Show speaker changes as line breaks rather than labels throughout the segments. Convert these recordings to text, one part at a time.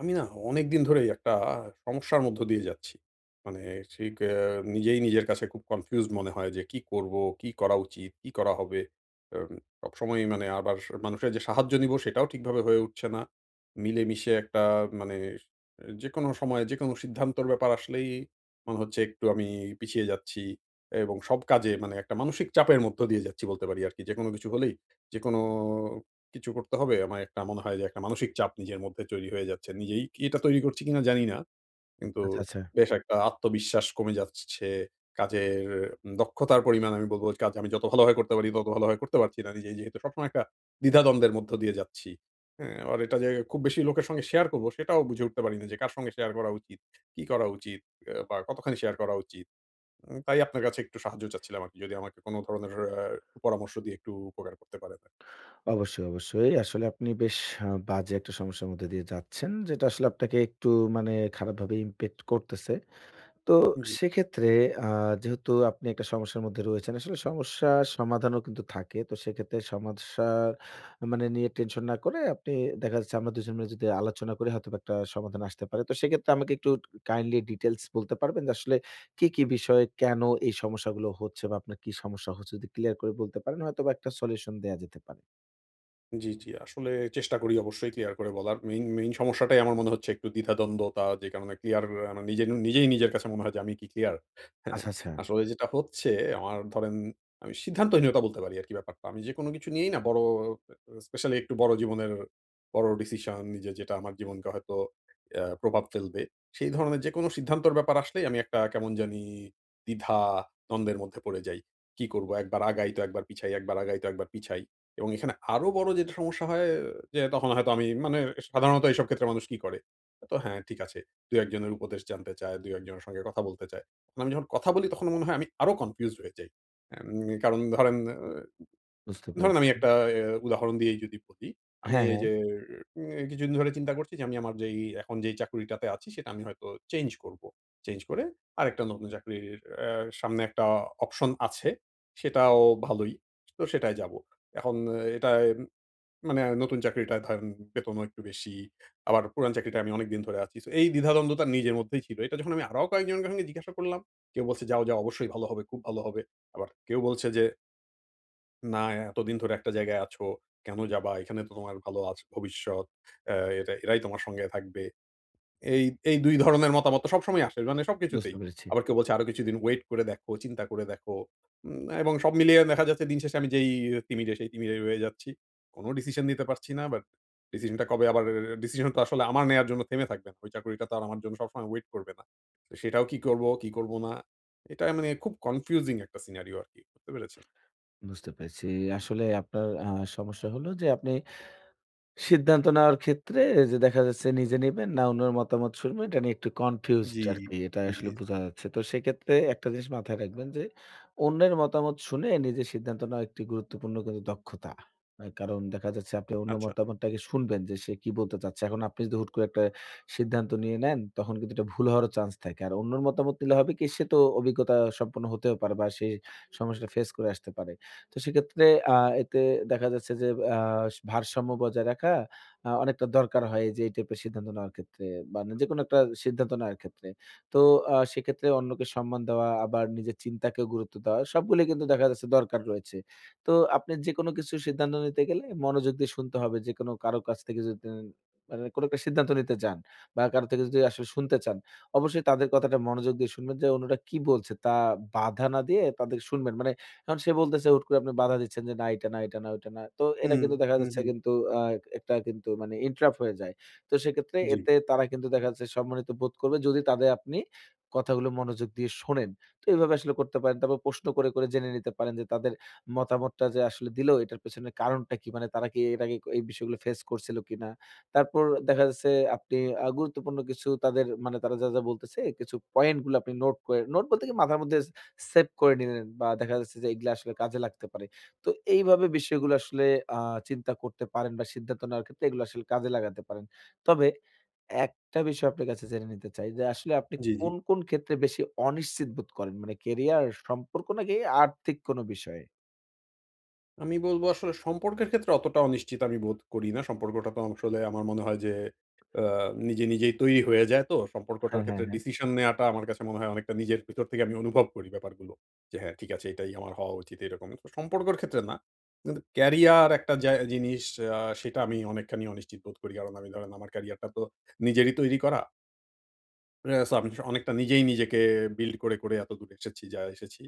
আমি না অনেকদিন ধরেই একটা সমস্যার মধ্য দিয়ে যাচ্ছি। মানে ঠিক আ নিজেই নিজের কাছে খুব কনফিউজড মনে হয় যে কি করব? কি করা উচিত? কি করা হবে? আম সবসময়ই মানে আবার স মানুষের যে সাহায্য নিবো সেটাও ঠিকভাবে হয়ে উঠছে না। মিলেমিশে একটা মানে যেকোনো সময়ে যেকোনো সিদ্ধান্তর ব্যাপার আসলেই মনে হচ্ছে একটু আমি পিছিয়ে যাচ্ছি এবং সব কাজে মানে একটা মানসিক চাপের মধ্য দিয়ে যাচ্ছি বলতে পারি আরকি। যেকোনো কিছু হলেই যেকোনো কিছু করতে হবে। আমার একটা মনে হয় যে একটা মানসিক চাপ নিজের মধ্যে তৈরি হয়ে যাচ্ছে। নিজেই কি এটা তৈরি করছি কিনা জানি না। কিন্তু
আচ্ছা, আচ্ছা।
বেশ একটা আত্মবিশ্বাস কমে যাচ্ছে। কাজের দক্ষতার পরিমাণ আমি বলব কাজ আমি যত ভালোভাবে করতে পারি তত ভালোভাবে করতে পারছি না। নিজেই যেহেতু সবসময় একটা দ্বিধাদ্বন্দ্বের মধ্য দিয়ে যাচ্ছি। হ্যাঁ? আবার এটা যে খুব বেশি লোকের সঙ্গে শেয়ার করব সেটাও বুঝে উঠতে পারি না যে কার সঙ্গে শেয়ার করা উচিত, কি করা উচিত বা কতখানি শেয়ার করা উচিত। তাই আপনার কাছে একটু সাহায্য চাচ্ছিলাম আরকি। যদি আমাকে কোন ধরনের আ পরামর্শ দিয়ে একটু উপকার করতে পারেন।
অবশ্যই, অবশ্যই। আসলে আপনি বেশ বাজে একটা সমস্যার মধ্যে দিয়ে যাচ্ছেন। যেটা আসলে আপনাকে একটু মানে খারাপভাবে ইমপ্যাক্ট করতেছে। তো
জি।
সেক্ষেত্রে আ যেহেতু আপনি একটা সমস্যার মধ্যে রয়েছেন, আসলে সমস্যার সমাধানও কিন্তু থাকে। তো সেক্ষেত্রে সমস্যা নিয়ে টেনশন না করে আপনি দেখা যাচ্ছে আমরা ২ জন মিলে যদি আলোচনা করি হয়তোবা একটা সমাধান আসতে পারে। তো সেক্ষেত্রে আমাকে একটু কাইন্ডলি ডিটেইলস বলতে পারবেন যে আসলে কি বিষয়ে কেন এই সমস্যাগুলো হচ্ছে বা আপনার কি সমস্যা হচ্ছে? যদি ক্লিয়ার করে বলতে পারেন হয়তোবা একটা সলিউশন দেয়া যেতে পারে।
জি, জি। আসলে চেষ্টা করি অবশ্যই ক্লিয়ার করে বলার। মেইন সমস্যাটাই আমার মনে হচ্ছে একটু দ্বিধাদ্বন্দ্বতা যে কারণে ক্লিয়ার আমার নিজেই নিজের কাছে মনে হয় যে আমি কি ক্লিয়ার? হ্যাঁ,
আচ্ছা, আচ্ছা
আসলে যেটা হচ্ছে আমার ধরেন আমি সিদ্ধান্তহীনতা বলতে পারি আরকি ব্যাপারটা। আমি যেকোনো কিছু নিয়েই না বড় স্পেশালি একটু বড় জীবনের বড় ডিসিশন নিজে যেটা আমার জীবনকে হয়তো প্রভাব ফেলবে। সেই ধরনের যেকোনো সিদ্ধান্তর ব্যাপার আসলেই আমি একটা কেমন জানি দ্বিধা দ্বন্দ্বের মধ্যে পড়ে যাই। কি করব? একবার আগাই তো একবার পিছাই, একবার আগাই তো একবার পিছাই। এবং এখানে আরো বড় যেটা সমস্যা হয় যে তখন হয়তো আমি মানে সাধারণত এইসব ক্ষেত্রে মানুষ কি করে? তো হ্যাঁ, ঠিক আছে। ২-১ জনের উপদেশ জানতে চায়, ২-১ জনের সঙ্গে কথা বলতে চায়। তখন আমি যখন কথা বলি তখন মনে হয় আমি আরো কনফিউজড হয়ে যাই। এম কারণ ধরেন
বুঝতে
ধরেন আমি
পেরেছি।
একটা এ উদাহরণ দিয়েই যদি বলি, আমি
হ্যাঁ,
এই
হ্যাঁ
যে কিছুদিন ধরে চিন্তা করছি যে আমি আমার এখন যেই চাকুরিটাতে আছি সেটা আমি হয়তো চেঞ্জ করব। চেঞ্জ করে আরেকটা নতুন চাকরির আ সামনে একটা অপশন আছে। সেটাও ভালোই। তো সেটায় যাব। এখন এটায় মানে নতুন চাকরিটায় ধরেন বেতনও একটু বেশি। আবার পুরান চাকরিটায় আমি অনেকদিন ধরে আছি। সো এই দ্বিধাদ্বন্দ্বতা নিজের মধ্যেই ছিল। এটা যখন আমি আরো কয়েকজনের সঙ্গে জিজ্ঞাসা করলাম, কেউ বলছে, "যাও, যাও অবশ্যই ভালো হবে, খুব ভালো হবে।" আবার কেউ বলছে যে না, এতদিন ধরে একটা জায়গায় আছো, কেন যাবা? এখানে তো তোমার ভালো আছ ভবিষ্যৎ। অ্যা এটা এরাই তোমার সঙ্গে থাকবে। এই, এই ২ ধরনের মতামত তো সবসময় আসে। মানে
বুঝতে
সবকিছুতেই।
পেরেছি,
আবার কেউ বলছে আরো কিছুদিন ওয়েট করে দেখো, চিন্তা করে দেখো। এবং সব মিলিয়ে দেখা যাচ্ছে দিন শেষে আমি যেই তিমিরে, সেই তিমিরে রয়ে যাচ্ছি। কোন ডিসিশন নিতে পারছি না। বাট ডিসিশনটা কবে আবার ডিসিশন তো আসলে আমার নেয়ার জন্য থেমে থাকবে না। ওই চাকরিটা তো আর আমার জন্য সবসময় ওয়েট করবে না। তো সেটাও কি করব, কি করব না? এটা মানে খুব কনফিউজিং একটা সিনারিও আরকি। বুঝতে পেরেছেন?
বুঝতে পেরেছি। আসলে আপনার সমস্যা হলো যে আপনি সিদ্ধান্ত নেওয়ার ক্ষেত্রে যে দেখা যাচ্ছে নিজে নিবেন না অন্যের মতামত শুনবেন এটা নিয়ে একটু কনফিউজড
জি,
আরকি এটা
জি, জি।
আসলে বোঝা যাচ্ছে। তো সেক্ষেত্রে একটা জিনিস মাথায় রাখবেন যে অন্যের মতামত শুনে নিজের সিদ্ধান্ত নেওয়া একটি গুরুত্বপূর্ণ কিন্তু দক্ষতা। কারণ দেখা যাচ্ছে আপনি অন্য
আচ্ছা।
মতামতটাকে শুনবেন যে সে কি বলতে চাচ্ছে। এখন আপনি যদি হুট করে একটা সিদ্ধান্ত নিয়ে নেন তখন কিন্তু এটা ভুল হওয়ারও চান্স থাকে। আর অন্যের মতামত নিলে হবে কি সে তো অভিজ্ঞতা সম্পন্ন হতেও পারে বা সেই সমস্যাটা ফেস করে আসতে পারে। তো সেক্ষেত্রে আ এতে দেখা যাচ্ছে যে আ ভারসাম্য বজায় রাখা অনেকটা দরকার হয় যে এই টাইপের সিদ্ধান্ত নেওয়ার ক্ষেত্রে মানে যেকোনো একটা সিদ্ধান্ত নেওয়ার ক্ষেত্রে। তো সেক্ষেত্রে অন্যকে সম্মান দেওয়া আবার নিজের চিন্তাকেও গুরুত্ব দেওয়া সবগুলোই কিন্তু দেখা যাচ্ছে দরকার রয়েছে। তো আপনি যেকোনো কিছুর সিদ্ধান্ত নিতে গেলে মনোযোগ দিয়ে শুনতে হবে। যেকোনো কারো কাছ থেকে যদি মানে কোনো একটা সিদ্ধান্ত নিতে যান বা কারো থেকে যদি আসলে শুনতে চান, অবশ্যই তাদের কথাটা মনোযোগ দিয়ে শুনবেন যে অন্যরা কি বলছে তা বাধা না দিয়ে তাদের শুনবেন। মানে এখন সে বলতেছে হুট করে আপনি বাধা দিচ্ছেন যে, "না এটা না, এটা না, ওইটা না।" তো এটা
হুম,
কিন্তু দেখা
হুম,
যাচ্ছে
হুম।
কিন্তু আ একটা কিন্তু মানে ইন্টারাপ্ট হয়ে যায়। তো সেক্ষেত্রে
জি,
এতে তারা কিন্তু দেখা যাচ্ছে সম্মানিত বোধ করবে যদি তাদের আপনি কথাগুলো মনোযোগ দিয়ে শোনেন। তো এভাবে আসলে করতে পারেন। তারপর প্রশ্ন করে জেনে নিতে পারেন যে তাদের মতামতটা যে আসলে দিল এটার পেছনে কারণটা কি? মানে তারা কি এর আগে এই বিষয়গুলো ফেস করছিল কিনা? তারপর দেখা যাচ্ছে আপনি গুরুত্বপূর্ণ কিছু তাদের মানে তারা যা বলতেছে কিছু পয়েন্ট গুলো আপনি নোট করে নোট বলতে কি মাথার মধ্যে সেভ করে নিলেন বা দেখা যাচ্ছে যে এগুলা আসলে কাজে লাগতে পারে। তো এইভাবে বিষয়গুলো আসলে আ চিন্তা করতে পারেন বা সিদ্ধান্ত নেওয়ার ক্ষেত্রে এগুলো আসলে কাজে লাগাতে পারেন। তবে একটা বিষয় আপনার কাছে জেনে নিতে চাই যে আসলে আপনি
জি, জি।
কোন ক্ষেত্রে বেশি অনিশ্চিত বোধ করেন? মানে কেরিয়ার, সম্পর্ক নাকি আর্থিক কোনো বিষয়ে?
আমি বলব আসলে সম্পর্কের ক্ষেত্রে অতটা অনিশ্চিত আমি বোধ করি না। সম্পর্কটা তো আসলে আমার মনে হয় যে আ নিজেই তৈরি হয়ে যায় তো। সম্পর্কটার
হ্যাঁ, হ্যাঁ,
ক্ষেত্রে
হ্যাঁ।
ডিসিশন নেয়াটা আমার কাছে মনে হয় অনেকটা নিজের ভিতর থেকে আমি অনুভব করি ব্যাপারগুলো। যে হ্যাঁ, ঠিক আছে এটাই আমার হওয়া উচিত এরকম। তো সম্পর্কের ক্ষেত্রে না। কিন্তু ক্যারিয়ার একটা যা জিনিস সেটা আমি অনেকখানি অনিশ্চিত বোধ করি। কারণ আমি ধরেন আমার ক্যারিয়ারটা তো নিজেরই তৈরি করা। সো আমি অনেকটা নিজেই নিজেকে বিল্ড করে এত দূর এসেছি যা এসেছি।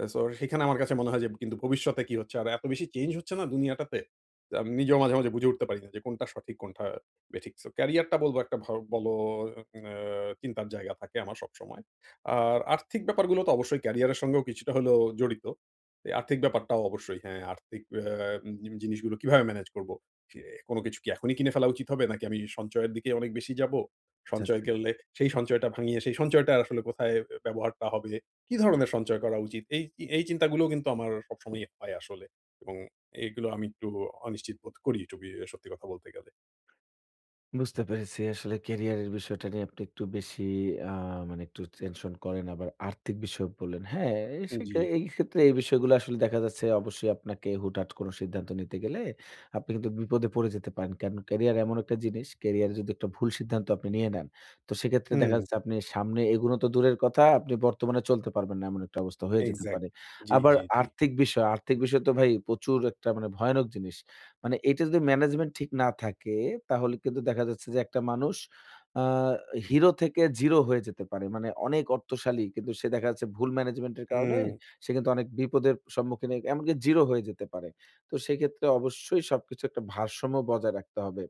সো সেখানে আমার কাছে মনে হয় যে কিন্তু ভবিষ্যতে কি হচ্ছে? আর এত বেশি চেঞ্জ হচ্ছে না দুনিয়াটাতে। যে আমি নিজেও মাঝে মাঝে বুঝে উঠতে পারি না যে কোনটা সঠিক, কোনটা বেঠিক। সো ক্যারিয়ারটা বলব একটা ভ বলো আ চিন্তার জায়গা থাকে আমার সবসময়। আর আর্থিক ব্যাপারগুলো তো অবশ্যই ক্যারিয়ারের সঙ্গেও কিছুটা হলেও জড়িত। এই আর্থিক ব্যাপারটাও অবশ্যই হ্যাঁ, আর্থিক আ জি জিনিসগুলো কিভাবে ম্যানেজ করব? সে কোন কিছু কি এখনই কিনে ফেলা উচিত হবে? নাকি আমি সঞ্চয়ের দিকে অনেক বেশি যাব?
আচ্ছা,
সঞ্চয়
আচ্ছা।
করলে সেই সঞ্চয়টা ভাঙিয়ে সেই সঞ্চয়টা আসলে কোথায় ব্যবহারটা হবে? কি ধরনের সঞ্চয় করা উচিত? এই এই চিন্তাগুলো কিন্তু আমার সবসময়ই হয় আসলে এবং এগুলো আমি একটু অনিশ্চিত বোধ করি টু বি সত্যি কথা বলতে গেলে।
বুঝতে পেরেছি। আসলে ক্যারিয়ারের বিষয়টা নিয়ে আপনি একটু বেশি আ মানে একটু টেনশন করেন। আবার আর্থিক বিষয় বললেন। হ্যাঁ,
জি,
এই ক্ষেত্রে এই বিষয়গুলো আসলে দেখা যাচ্ছে অবশ্যই আপনাকে হুটহাট কোন সিদ্ধান্ত নিতে গেলে আপনি কিন্তু বিপদে পড়ে যেতে পারেন। কারণ ক্যারিয়ার এমন একটা জিনিস, ক্যারিয়ারে যদি একটা ভুল সিদ্ধান্ত আপনি নিয়ে নেন, তো সেক্ষেত্রে
হুম,
দেখা যাচ্ছে আপনি সামনে এগুনো তো দূরের কথা, আপনি বর্তমানে চলতে পারবেন না এমন একটা অবস্থা হয়ে যেতে পারে।
এক্সাক্টলি। জি,
আবার
জি, জি।
আর্থিক বিষয় তো ভাই প্রচুর একটা মানে ভয়ানক জিনিস। মানে এটা যদি ম্যানেজমেন্ট ঠিক না থাকে, তাহলে কিন্তু দেখা যাচ্ছে যে একটা মানুষ আ হিরো থেকে জিরো হয়ে যেতে পারে। মানে অনেক অর্থশালী কিন্তু সে দেখা যাচ্ছে ভুল ম্যানেজমেন্টের কারণে
হুম,
সে কিন্তু অনেক বিপদের সম্মুখীন হয়ে এমনকি জিরো হয়ে যেতে পারে। তো সেক্ষেত্রে অবশ্যই সবকিছু একটা ভারসাম্য বজায় রাখতে হবে।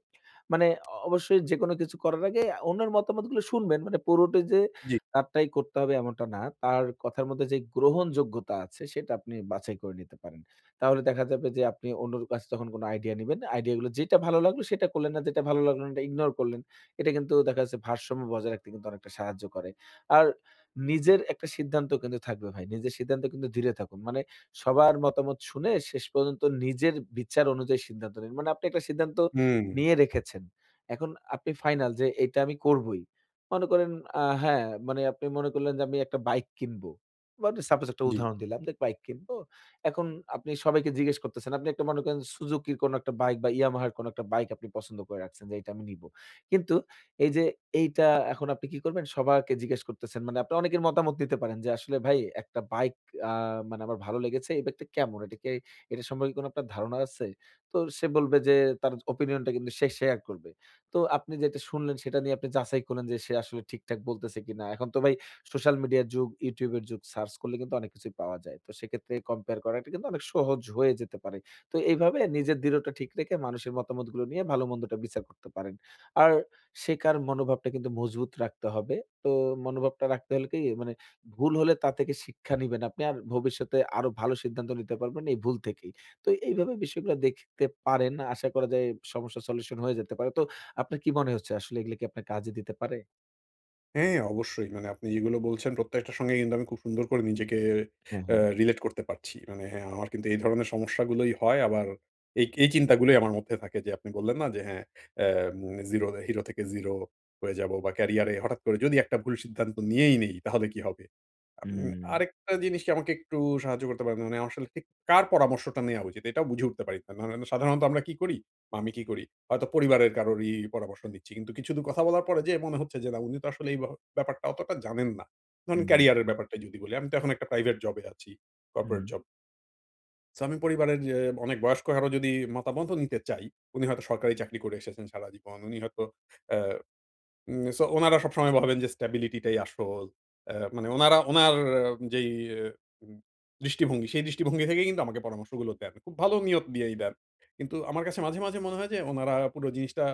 মানে অবশ্যই যেকোনো কিছু করার আগে অন্যের মতামতগুলো শুনবেন। মানে পুরোটাই যে
জি,
তারটাই করতে হবে এমনটা না। তার কথার মধ্যে যে গ্রহণযোগ্যতা আছে সেটা আপনি বাছাই করে নিতে পারেন। তাহলে দেখা যাবে যে আপনি অন্যর কাছে যখন কোনো আইডিয়া নিবেন, আইডিয়া গুলো যেটা ভালো লাগলো সেটা করলেন না, যেটা ভালো লাগলো না এটা ইগনোর করলেন। এটা কিন্তু দেখা যাচ্ছে ভারসাম্য বজায় রাখতে কিন্তু অনেকটা সাহায্য করে। আর নিজের একটা সিদ্ধান্ত কিন্তু থাকবে ভাই। নিজের সিদ্ধান্ত কিন্তু ধীরে থাকুন। মানে সবার মতামত শুনে শেষ পর্যন্ত নিজের বিচার অনুযায়ী সিদ্ধান্ত নিন। মানে আপনি একটা সিদ্ধান্ত
হুম,
নিয়ে রেখেছেন। এখন আপনি ফাইনাল যে এটা আমি করবই। মনে করেন হ্যাঁ, মানে আপনি মনে করলেন যে আমি একটা বাইক কিনবো। মানে সাপোজ একটা
জি।
উদাহরণ দিলাম যে বাইক কিনবো। এখন আপনি সবাইকে জিজ্ঞেস করতেছেন। আপনি একটা মনে করেন Suzuki র কোনো একটা বাইক বা Yamaha র কোনো একটা বাইক আপনি পছন্দ করে রাখছেন যে, "এটা আমি নিবো।" কিন্তু এই যে এইটা এখন আপনি কি করবেন? সবাইকে জিজ্ঞেস করতেছেন। মানে আপনি অনেকের মতামত নিতে পারেন যে, "আসলে ভাই একটা বাইক আ মানে আমার ভালো লেগেছে। এই বাইকটা কেমন? এটা সম্পর্কে কোনো আপনার ধারণা আছে?" তো সে বলবে যে তার ওপিনিয়নটা কিন্তু সে শেয়ার করবে। তো আপনি যেটা শুনলেন সেটা নিয়ে আপনি যাচাই করলেন যে সে আসলে ঠিকঠাক বলতেছে কিনা। এখন তো ভাই সোশ্যাল মিডিয়ার যুগ, ইউটিউবের যুগ সার্চ করলে কিন্তু অনেক কিছুই পাওয়া যায়। তো সেক্ষেত্রে কম্পেয়ার করাটা কিন্তু অনেক সহজ হয়ে যেতে পারে। তো এইভাবে নিজের দৃঢ়টা ঠিক রেখে মানুষের মতামতগুলো নিয়ে ভালো-মন্দটা বিচার করতে পারেন। আর শেখার মনোভাবটা কিন্তু মজবুত রাখতে হবে। তো মনোভাবটা রাখতে হলে কি মানে ভুল হলে তা থেকে শিক্ষা নিবেন আপনি আর ভবিষ্যতে আরো ভালো সিদ্ধান্ত নিতে পারবেন এই ভুল থেকেই। তো এইভাবে বিষয়গুলো দেখতে পারেন। আশা করা যায় সমস্যার সলিউশন হয়ে যেতে পারে। তো আপনার কি মনে হচ্ছে আসলে এগুলো কি আপনার কাজে দিতে পারে?
হ্যাঁ, অবশ্যই। মানে আপনি যেগুলো বলছেন প্রত্যেকটার সঙ্গে কিন্তু আমি খুব সুন্দর করে নিজেকে
হ্যাঁ, হ্যাঁ।
রিলেট করতে পারছি। মানে হ্যাঁ, আমার কিন্তু এই ধরনের সমস্যাগুলোই হয়। আবার এই এই চিন্তাগুলোই আমার মধ্যে থাকে যে আপনি বললেন না যে হ্যাঁ, অ্যাম জিরো হিরো থেকে জিরো হয়ে যাব বা ক্যারিয়ারে হঠাৎ করে যদি একটা ভুল সিদ্ধান্ত নিয়েই নেই তাহলে কি হবে?
হুম,
আরেকটা জিনিস কি আমাকে একটু সাহায্য করতে পারেন? মানে আমার আসলে ঠিক কার পরামর্শটা নেয়া উচিত? এটাও বুঝে উঠতে পারি না। মানে সাধারণত আমরা কি করি? বা আমি কি করি? হয়তো পরিবারের কারোরই পরামর্শ নিচ্ছি। কিন্তু কিছু দূর কথা বলার পরে যেয়ে মনে হচ্ছে যে না উনি তো আসলে এই ব ব্যাপারটা অতটা জানেন না। ধরেন
হুম।
ক্যারিয়ারের ব্যাপারটাই যদি বলি, আমি তো এখন একটা প্রাইভেট জবে আছি,
হুম,
কর্পোরেট
হুম।
জব। সো আমি পরিবারের যে অনেক বয়স্ক কারো যদি মতামতও নিতে চাই, উনি হয়তো সরকারি চাকরি করে এসেছেন সারা জীবন। উনি হয়তো অ্যা উম সো উনারা সবসময় ভাবেন যে স্ট্যাবিলিটি টাই আসল। মানে উনারা উনার যেই আহ, উম দৃষ্টিভঙ্গি, সেই দৃষ্টিভঙ্গি থেকেই কিন্তু আমাকে পরামর্শগুলো দেন। খুব ভালো নিয়ত দিয়েই দেন। কিন্তু আমার কাছে মাঝে মাঝে মনে হয় যে উনারা পুরো জিনিসটা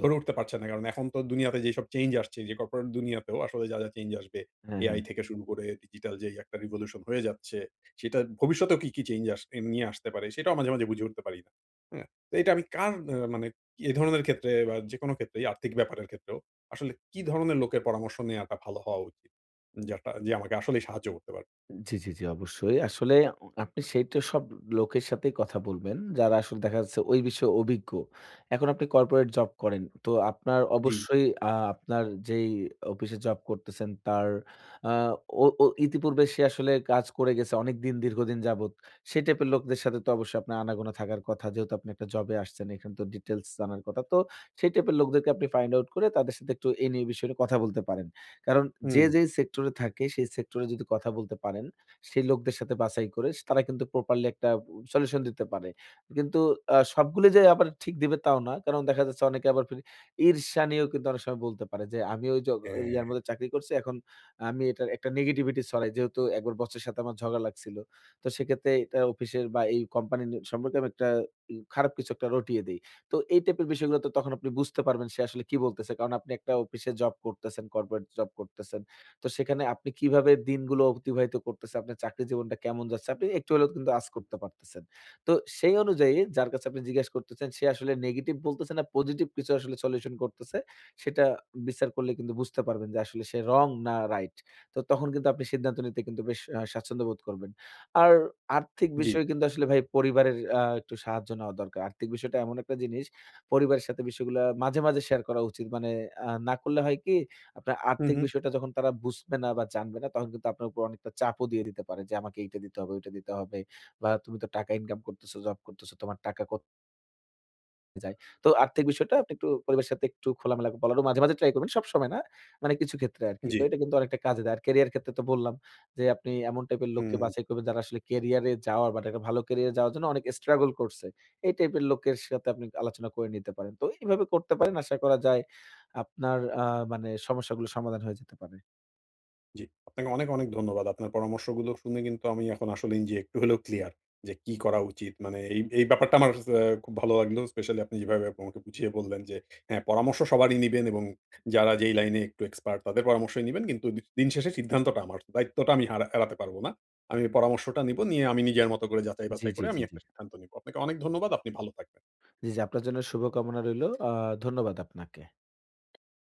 ধরে উঠতে পারছেন না। কারণ এখন তো দুনিয়াতে যেসব চেঞ্জ আসছে, যে কর্পোরেট দুনিয়াতেও আসলে যা, যা চেঞ্জ আসবে,
হ্যাঁ,
এআই
হ্যাঁ।
থেকে শুরু করে ডিজিটাল যেই একটা রিভলিউশন হয়ে যাচ্ছে, সেটা ভবিষ্যতেও কি, কি চেঞ্জ আস নিয়ে আসতে পারে সেটাও মাঝে মাঝে বুঝে উঠতে পারি না। হ্যাঁ? তো এটা আমি কার অ্যা মানে এ ধরনের ক্ষেত্রে বা যেকোনো ক্ষেত্রেই আর্থিক ব্যাপারের ক্ষেত্রেও আসলে কি ধরনের লোকের পরামর্শ নেওয়াটা ভালো হওয়া উচিত? যেটা যে আমাকে আসলেই সাহায্য করতে পারবে?
জি, জি, জি, অবশ্যই। আসলে আপনি সেইটা সব লোকের সাথেই কথা বলবেন, যারা আসলে দেখা যাচ্ছে ওই বিষয়ে অভিজ্ঞ। এখন আপনি কর্পোরেট জব করেন। তো আপনার
জি।
অবশ্যই আ আপনার যেই অফিসে জব করতেছেন তার আ ও ও ইতিপূর্বে সে আসলে কাজ করে গেছে অনেকদিন দীর্ঘদিন যাবৎ। সেই টাইপের লোকদের সাথে তো অবশ্যই আপনার আনাগোনা থাকার কথা। যেহেতু আপনি একটা জবে আসছেন, এখানে তো ডিটেইলস জানার কথা। তো সেই টাইপের লোকদেরকে আপনি ফাইন্ড আউট করে তাদের সাথে একটু এই নিয়ে বিষয় নিয়ে কথা বলতে পারেন। কারণ যে,
হুম,
যেই সেক্টরে থাকে সেই সেক্টরে যদি কথা বলতে পারেন, সেই লোকদের সাথে বাছাই করে তারা কিন্তু প্রপারলি একটা সলিউশন দিতে পারে। কিন্তু সবগুলো যে আবার ঠিক দিবে তাও না। কারণ দেখা যাচ্ছে অনেকে আবার ঈর্ষা নিয়েও কিন্তু অনেক সময় বলতে পারে যে, "আমি ওই জগ
হ্যাঁ,
ইয়ার মধ্যে চাকরি করছি। এখন আমি এটার একটা নেগেটিভিটি ছড়াই। যেহেতু একবার বসের সাথে আমার ঝগড়া লাগছিল। তো সেক্ষেত্রে এটা অফিসের বা এই কোম্পানি সম্পর্কে আমি একটা খারাপ কিছু একটা রটিয়ে দেই।" তো এই টাইপের বিষয়গুলো তো তখন আপনি বুঝতে পারবেন সে আসলে কি বলতেছে। কারণ আপনি একটা অফিসে জব করতেছেন, কর্পোরেট জব করতেছেন। তো সেখানে আপনি কিভাবে দিনগুলো অতিবাহিত করতেছেন, আপনার চাকরি জীবনটা কেমন যাচ্ছে, আপনি একটু হলেও কিন্তু আঁচ করতে পারতেছেন। তো সেই অনুযায়ী যার কাছে আপনি জিজ্ঞেস করতেছেন সে আসলে নেগেটিভ বলতেছে না পজিটিভ কিছু আসলে সলিউশন করতেছে, সেটা বিচার করলে কিন্তু বুঝতে পারবেন যে আসলে সে রং না রাইট। তো তখন কিন্তু আপনি সিদ্ধান্ত নিতে কিন্তু বেশ স্বাচ্ছন্দ্য বোধ করবেন। আর আর্থিক
জি।
বিষয় কিন্তু আসলে ভাই পরিবারের একটু সাহায্য নেওয়া দরকার। আর্থিক বিষয়টা এমন একটা জিনিস, পরিবারের সাথে বিষয়গুলা মাঝে, মাঝে শেয়ার করা উচিত। মানে না করলে হয় কি, আপনার
হু,
আর্থিক
হু,
বিষয়টা যখন তারা বুঝবে না বা জানবে না, তখন কিন্তু আপনার উপর অনেকটা চাপও দিয়ে দিতে পারে যে, "আমাকে এইটা দিতে হবে, ওইটা দিতে হবে" বা "তুমি তো টাকা ইনকাম করতেছো, জব করতেছো, তোমার টাকা কোথায়?" যায়। তো আর্থিক বিষয়টা আপনি একটু পরিবারের সাথে একটু খোলামেলা বলারও মাঝে, মাঝে ট্রাই করবেন। সবসময় না। মানে কিছু ক্ষেত্রে আরকি।
জি।
তো এটা কিন্তু অনেকটা কাজে দেয়। আর ক্যারিয়ার ক্ষেত্রে তো বললাম যে, আপনি এমন টাইপের লোককে
হুম।
বাছাই করবেন যারা আসলে ক্যারিয়ারে যাওয়ার বা একটা ভালো ক্যারিয়ারে যাওয়ার জন্য অনেক স্ট্রাগল করছে। এই টাইপের লোকের সাথে আপনি আলোচনা করে নিতে পারেন। তো এইভাবে করতে পারেন। আশা করা যায় আপনার মানে সমস্যাগুলো সমাধান হয়ে যেতে পারে।
জি, আপনাকে অনেক অনেক ধন্যবাদ। আপনার পরামর্শগুলো শুনে কিন্তু আমি এখন আসলেই যে একটু হলেও ক্লিয়ার যে কি করা উচিত। মানে এই ব্যাপারটা আমার কাছে খুব ভালো লাগলো। স্পেশালি আপনি যেভাবে আমাকে বুঝিয়ে বললেন যে হ্যাঁ, পরামর্শ সবারই নিবেন এবং যারা যেই লাইনে একটু এক্সপার্ট তাদের পরামর্শই নিবেন। কিন্তু দিন শেষে সিদ্ধান্তটা আমার। দায়িত্বটা আমি হারা এড়াতে পারব না। আমি পরামর্শটা নিব, নিয়ে আমি নিজের মতো করে যাচাই
জি,
বাছাই
জি,
করে আমি
জি, জি।
একটা সিদ্ধান্ত নিব। আপনাকে অনেক ধন্যবাদ। আপনি ভালো থাকবেন।
জি, জি, আপনার জন্য শুভকামনা রইলো। ধন্যবাদ আপনাকে।